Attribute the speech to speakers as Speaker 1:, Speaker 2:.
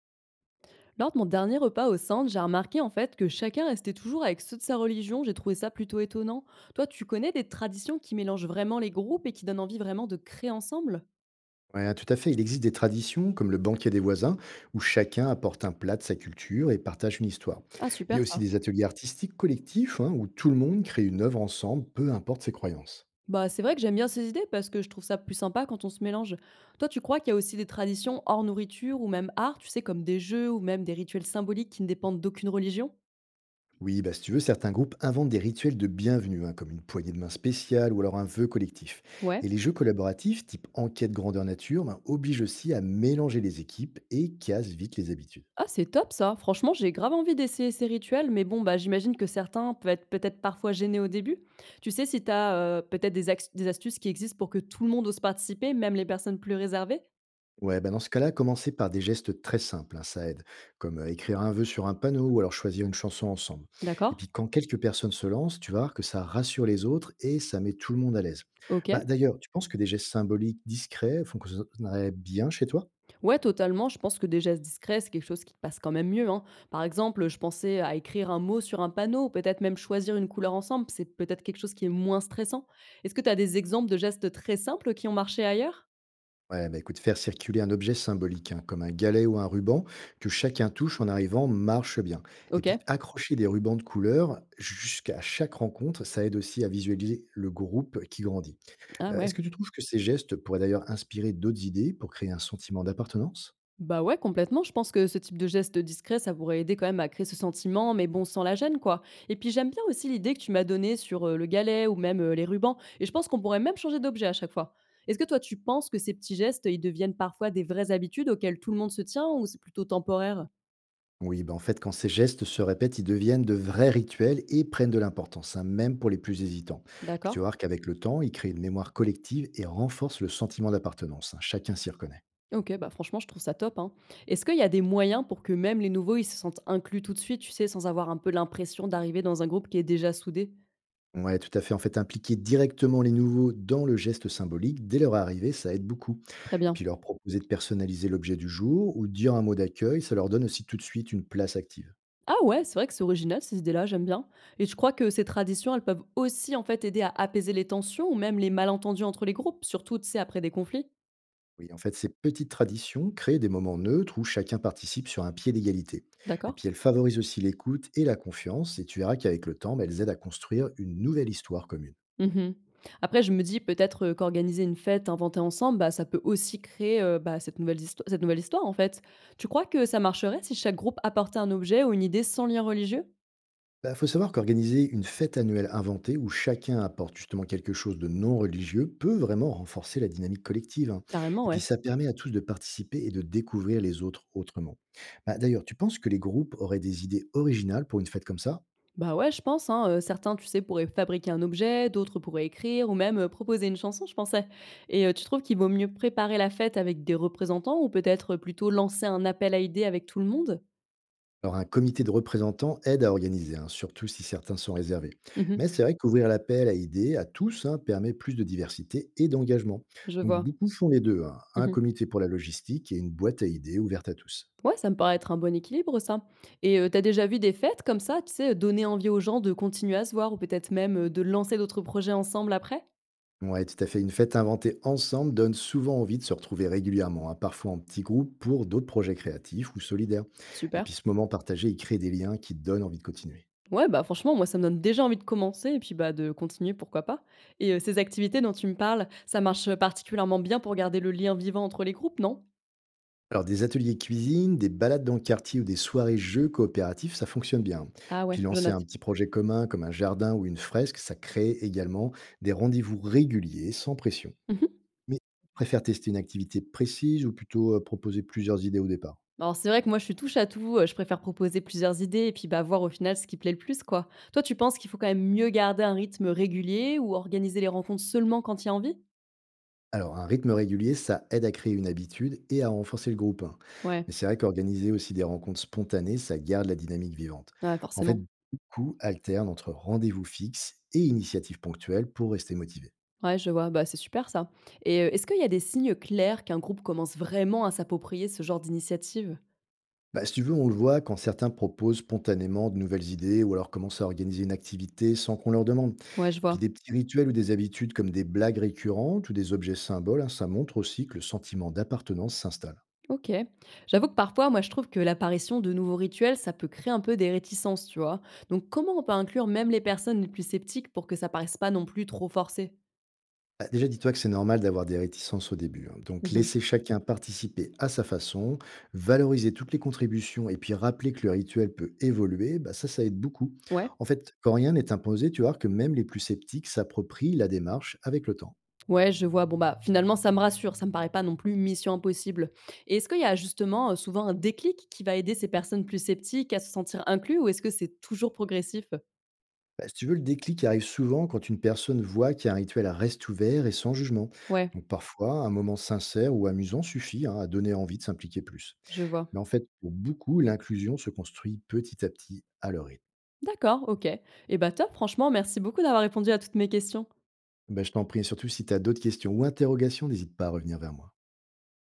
Speaker 1: Lors de mon dernier repas au centre, j'ai remarqué en fait que chacun restait toujours avec ceux de sa religion. J'ai trouvé ça plutôt étonnant. Toi, tu connais des traditions qui mélangent vraiment les groupes et qui donnent envie vraiment de créer ensemble?
Speaker 2: Ouais, tout à fait. Il existe des traditions, comme le banquet des voisins, où chacun apporte un plat de sa culture et partage une histoire.
Speaker 1: Ah,
Speaker 2: Il y a
Speaker 1: super
Speaker 2: aussi
Speaker 1: ça.
Speaker 2: des ateliers artistiques collectifs, hein, où tout le monde crée une œuvre ensemble, peu importe ses croyances.
Speaker 1: Bah, c'est vrai que j'aime bien ces idées parce que je trouve ça plus sympa quand on se mélange. Toi, tu crois qu'il y a aussi des traditions hors nourriture ou même art, tu sais, comme des jeux ou même des rituels symboliques qui ne dépendent d'aucune religion?
Speaker 2: Oui, bah, si tu veux, certains groupes inventent des rituels de bienvenue, hein, comme une poignée de main spéciale ou alors un vœu collectif.
Speaker 1: Ouais.
Speaker 2: Et les jeux collaboratifs, type enquête grandeur nature, bah, obligent aussi à mélanger les équipes et cassent vite les habitudes.
Speaker 1: Ah, c'est top ça. Franchement, j'ai grave envie d'essayer ces rituels, mais bon, bah, j'imagine que certains peuvent être peut-être parfois gênés au début. Tu sais si tu as peut-être des, des astuces qui existent pour que tout le monde ose participer, même les personnes plus réservées?
Speaker 2: Ouais, bah dans ce cas-là, commencer par des gestes très simples, hein, ça aide, comme écrire un vœu sur un panneau ou alors choisir une chanson ensemble. Et
Speaker 1: D'accord.
Speaker 2: puis quand quelques personnes se lancent, tu vas voir que ça rassure les autres et ça met tout le monde à l'aise.
Speaker 1: Ok.
Speaker 2: Bah, d'ailleurs, tu penses que des gestes symboliques discrets fonctionneraient bien chez toi?
Speaker 1: Ouais, totalement. Je pense que des gestes discrets, c'est quelque chose qui passe quand même mieux, hein. Par exemple, je pensais à écrire un mot sur un panneau, ou peut-être même choisir une couleur ensemble. C'est peut-être quelque chose qui est moins stressant. Est-ce que tu as des exemples de gestes très simples qui ont marché ailleurs?
Speaker 2: Ouais, bah écoute, faire circuler un objet symbolique, hein, comme un galet ou un ruban, que chacun touche en arrivant, marche bien. Et
Speaker 1: Ok.
Speaker 2: puis accrocher des rubans de couleur jusqu'à chaque rencontre, ça aide aussi à visualiser le groupe qui grandit.
Speaker 1: Ah
Speaker 2: Est-ce
Speaker 1: ouais.
Speaker 2: que tu trouves que ces gestes pourraient d'ailleurs inspirer d'autres idées pour créer un sentiment d'appartenance?
Speaker 1: Bah ouais, complètement. Je pense que ce type de geste discret, ça pourrait aider quand même à créer ce sentiment, mais bon, sans la gêne, quoi. Et puis j'aime bien aussi l'idée que tu m'as donnée sur le galet ou même les rubans. Et je pense qu'on pourrait même changer d'objet à chaque fois. Est-ce que toi, tu penses que ces petits gestes, ils deviennent parfois des vraies habitudes auxquelles tout le monde se tient ou c'est plutôt temporaire?
Speaker 2: Oui, bah, en fait, quand ces gestes se répètent, ils deviennent de vrais rituels et prennent de l'importance, hein, même pour les plus hésitants. Puis tu
Speaker 1: D'accord.
Speaker 2: vas voir qu'avec le temps, ils créent une mémoire collective et renforcent le sentiment d'appartenance, hein, chacun s'y reconnaît.
Speaker 1: Ok, bah franchement, je trouve ça top, hein. Est-ce qu'il y a des moyens pour que même les nouveaux, ils se sentent inclus tout de suite, tu sais, sans avoir un peu l'impression d'arriver dans un groupe qui est déjà soudé?
Speaker 2: Ouais, tout à fait. En fait, impliquer directement les nouveaux dans le geste symbolique dès leur arrivée, ça aide beaucoup.
Speaker 1: Très
Speaker 2: Et puis
Speaker 1: bien.
Speaker 2: leur proposer de personnaliser l'objet du jour ou de dire un mot d'accueil, ça leur donne aussi tout de suite une place active.
Speaker 1: Ah ouais, c'est vrai que c'est original ces idées-là, j'aime bien. Et je crois que ces traditions, elles peuvent aussi en fait aider à apaiser les tensions ou même les malentendus entre les groupes, surtout tu sais après des conflits.
Speaker 2: Oui, en fait, ces petites traditions créent des moments neutres où chacun participe sur un pied d'égalité. Et puis,
Speaker 1: D'accord.
Speaker 2: elles favorisent aussi l'écoute et la confiance, et tu verras qu'avec le temps, bah, elles aident à construire une nouvelle histoire commune.
Speaker 1: Mhm. Après, je me dis peut-être qu'organiser une fête inventée ensemble, bah, ça peut aussi créer bah, cette, cette nouvelle histoire en fait. Tu crois que ça marcherait si chaque groupe apportait un objet ou une idée sans lien religieux?
Speaker 2: Il faut savoir qu'organiser une fête annuelle inventée où chacun apporte justement quelque chose de non religieux peut vraiment renforcer la dynamique collective, hein.
Speaker 1: Carrément,
Speaker 2: Et puis,
Speaker 1: ouais.
Speaker 2: ça permet à tous de participer et de découvrir les autres autrement. Bah, d'ailleurs, tu penses que les groupes auraient des idées originales pour une fête comme ça?
Speaker 1: Bah ouais, je pense, hein, certains, tu sais, pourraient fabriquer un objet, d'autres pourraient écrire ou même proposer une chanson, je pensais. Et tu trouves qu'il vaut mieux préparer la fête avec des représentants ou peut-être plutôt lancer un appel à idées avec tout le monde?
Speaker 2: Alors, un comité de représentants aide à organiser, hein, surtout si certains sont réservés. Mais
Speaker 1: Mhm.
Speaker 2: c'est vrai qu'ouvrir l'appel à idées à tous hein, permet plus de diversité et d'engagement.
Speaker 1: Je
Speaker 2: Donc,
Speaker 1: vois.
Speaker 2: beaucoup font les deux, hein, un
Speaker 1: Mhm.
Speaker 2: comité pour la logistique et une boîte à idées ouverte à tous.
Speaker 1: Ouais, ça me paraît être un bon équilibre, ça. Et t'as déjà vu des fêtes comme ça, tu sais, donner envie aux gens de continuer à se voir ou peut-être même de lancer d'autres projets ensemble après?
Speaker 2: Ouais, tout à fait. Une fête inventée ensemble donne souvent envie de se retrouver régulièrement, hein, parfois en petits groupes pour d'autres projets créatifs ou solidaires. Et puis,
Speaker 1: Super.
Speaker 2: ce moment partagé, il crée des liens qui donnent envie de continuer.
Speaker 1: Ouais, bah, franchement, moi, ça me donne déjà envie de commencer et puis, bah, de continuer, pourquoi pas? Et ces activités dont tu me parles, ça marche particulièrement bien pour garder le lien vivant entre les groupes, non?
Speaker 2: Alors, des ateliers cuisine, des balades dans le quartier ou des soirées jeux coopératifs, ça fonctionne bien.
Speaker 1: Ah
Speaker 2: Puis
Speaker 1: ouais, je
Speaker 2: lancer un
Speaker 1: note.
Speaker 2: petit projet commun comme un jardin ou une fresque, ça crée également des rendez-vous réguliers sans pression.
Speaker 1: Mmh.
Speaker 2: Mais tu préfères tester une activité précise ou plutôt proposer plusieurs idées au départ?
Speaker 1: Alors c'est vrai que moi, je suis touche à tout, je préfère proposer plusieurs idées et puis, bah, voir au final ce qui plaît le plus, quoi. Toi, tu penses qu'il faut quand même mieux garder un rythme régulier ou organiser les rencontres seulement quand il y a envie?
Speaker 2: Alors, un rythme régulier, ça aide à créer une habitude et à renforcer le groupe, hein.
Speaker 1: Ouais,
Speaker 2: Mais c'est vrai qu'organiser aussi des rencontres spontanées, ça garde la dynamique vivante.
Speaker 1: ouais,
Speaker 2: En fait,
Speaker 1: forcément.
Speaker 2: beaucoup alternent entre rendez-vous fixes et initiatives ponctuelles pour rester motivés.
Speaker 1: Ouais, je vois, bah, c'est super ça. Et est-ce qu'il y a des signes clairs qu'un groupe commence vraiment à s'approprier ce genre d'initiative?
Speaker 2: Bah, si tu veux, on le voit quand certains proposent spontanément de nouvelles idées ou alors commencent à organiser une activité sans qu'on leur demande.
Speaker 1: Ouais, je
Speaker 2: Et puis
Speaker 1: vois.
Speaker 2: des petits rituels ou des habitudes comme des blagues récurrentes ou des objets symboles, hein, ça montre aussi que le sentiment d'appartenance s'installe.
Speaker 1: OK. J'avoue que parfois, moi, je trouve que l'apparition de nouveaux rituels, ça peut créer un peu des réticences, tu vois. Donc, comment on peut inclure même les personnes les plus sceptiques pour que ça paraisse pas non plus trop forcé?
Speaker 2: Ah, déjà, dis-toi que c'est normal d'avoir des réticences au début, hein. Donc,
Speaker 1: Mhm.
Speaker 2: laisser chacun participer à sa façon, valoriser toutes les contributions et puis rappeler que le rituel peut évoluer, bah, ça aide beaucoup.
Speaker 1: Ouais.
Speaker 2: En fait, quand rien n'est imposé, tu vois que même les plus sceptiques s'approprient la démarche avec le temps.
Speaker 1: Ouais, je vois. Bon, bah, finalement, ça me rassure. Ça me paraît pas non plus mission impossible. Et est-ce qu'il y a justement souvent un déclic qui va aider ces personnes plus sceptiques à se sentir inclus ou est-ce que c'est toujours progressif?
Speaker 2: Bah, si tu veux, le déclic arrive souvent quand une personne voit qu'un rituel reste ouvert et sans jugement.
Speaker 1: Ouais,
Speaker 2: Donc parfois, un moment sincère ou amusant suffit hein, à donner envie de s'impliquer plus.
Speaker 1: je vois.
Speaker 2: Mais en fait, pour beaucoup, l'inclusion se construit petit à petit à leur rythme.
Speaker 1: D'accord, ok. Et bah, top, franchement, merci beaucoup d'avoir répondu à toutes mes questions.
Speaker 2: Bah, je t'en prie, et surtout si tu as d'autres questions ou interrogations, n'hésite pas à revenir vers moi.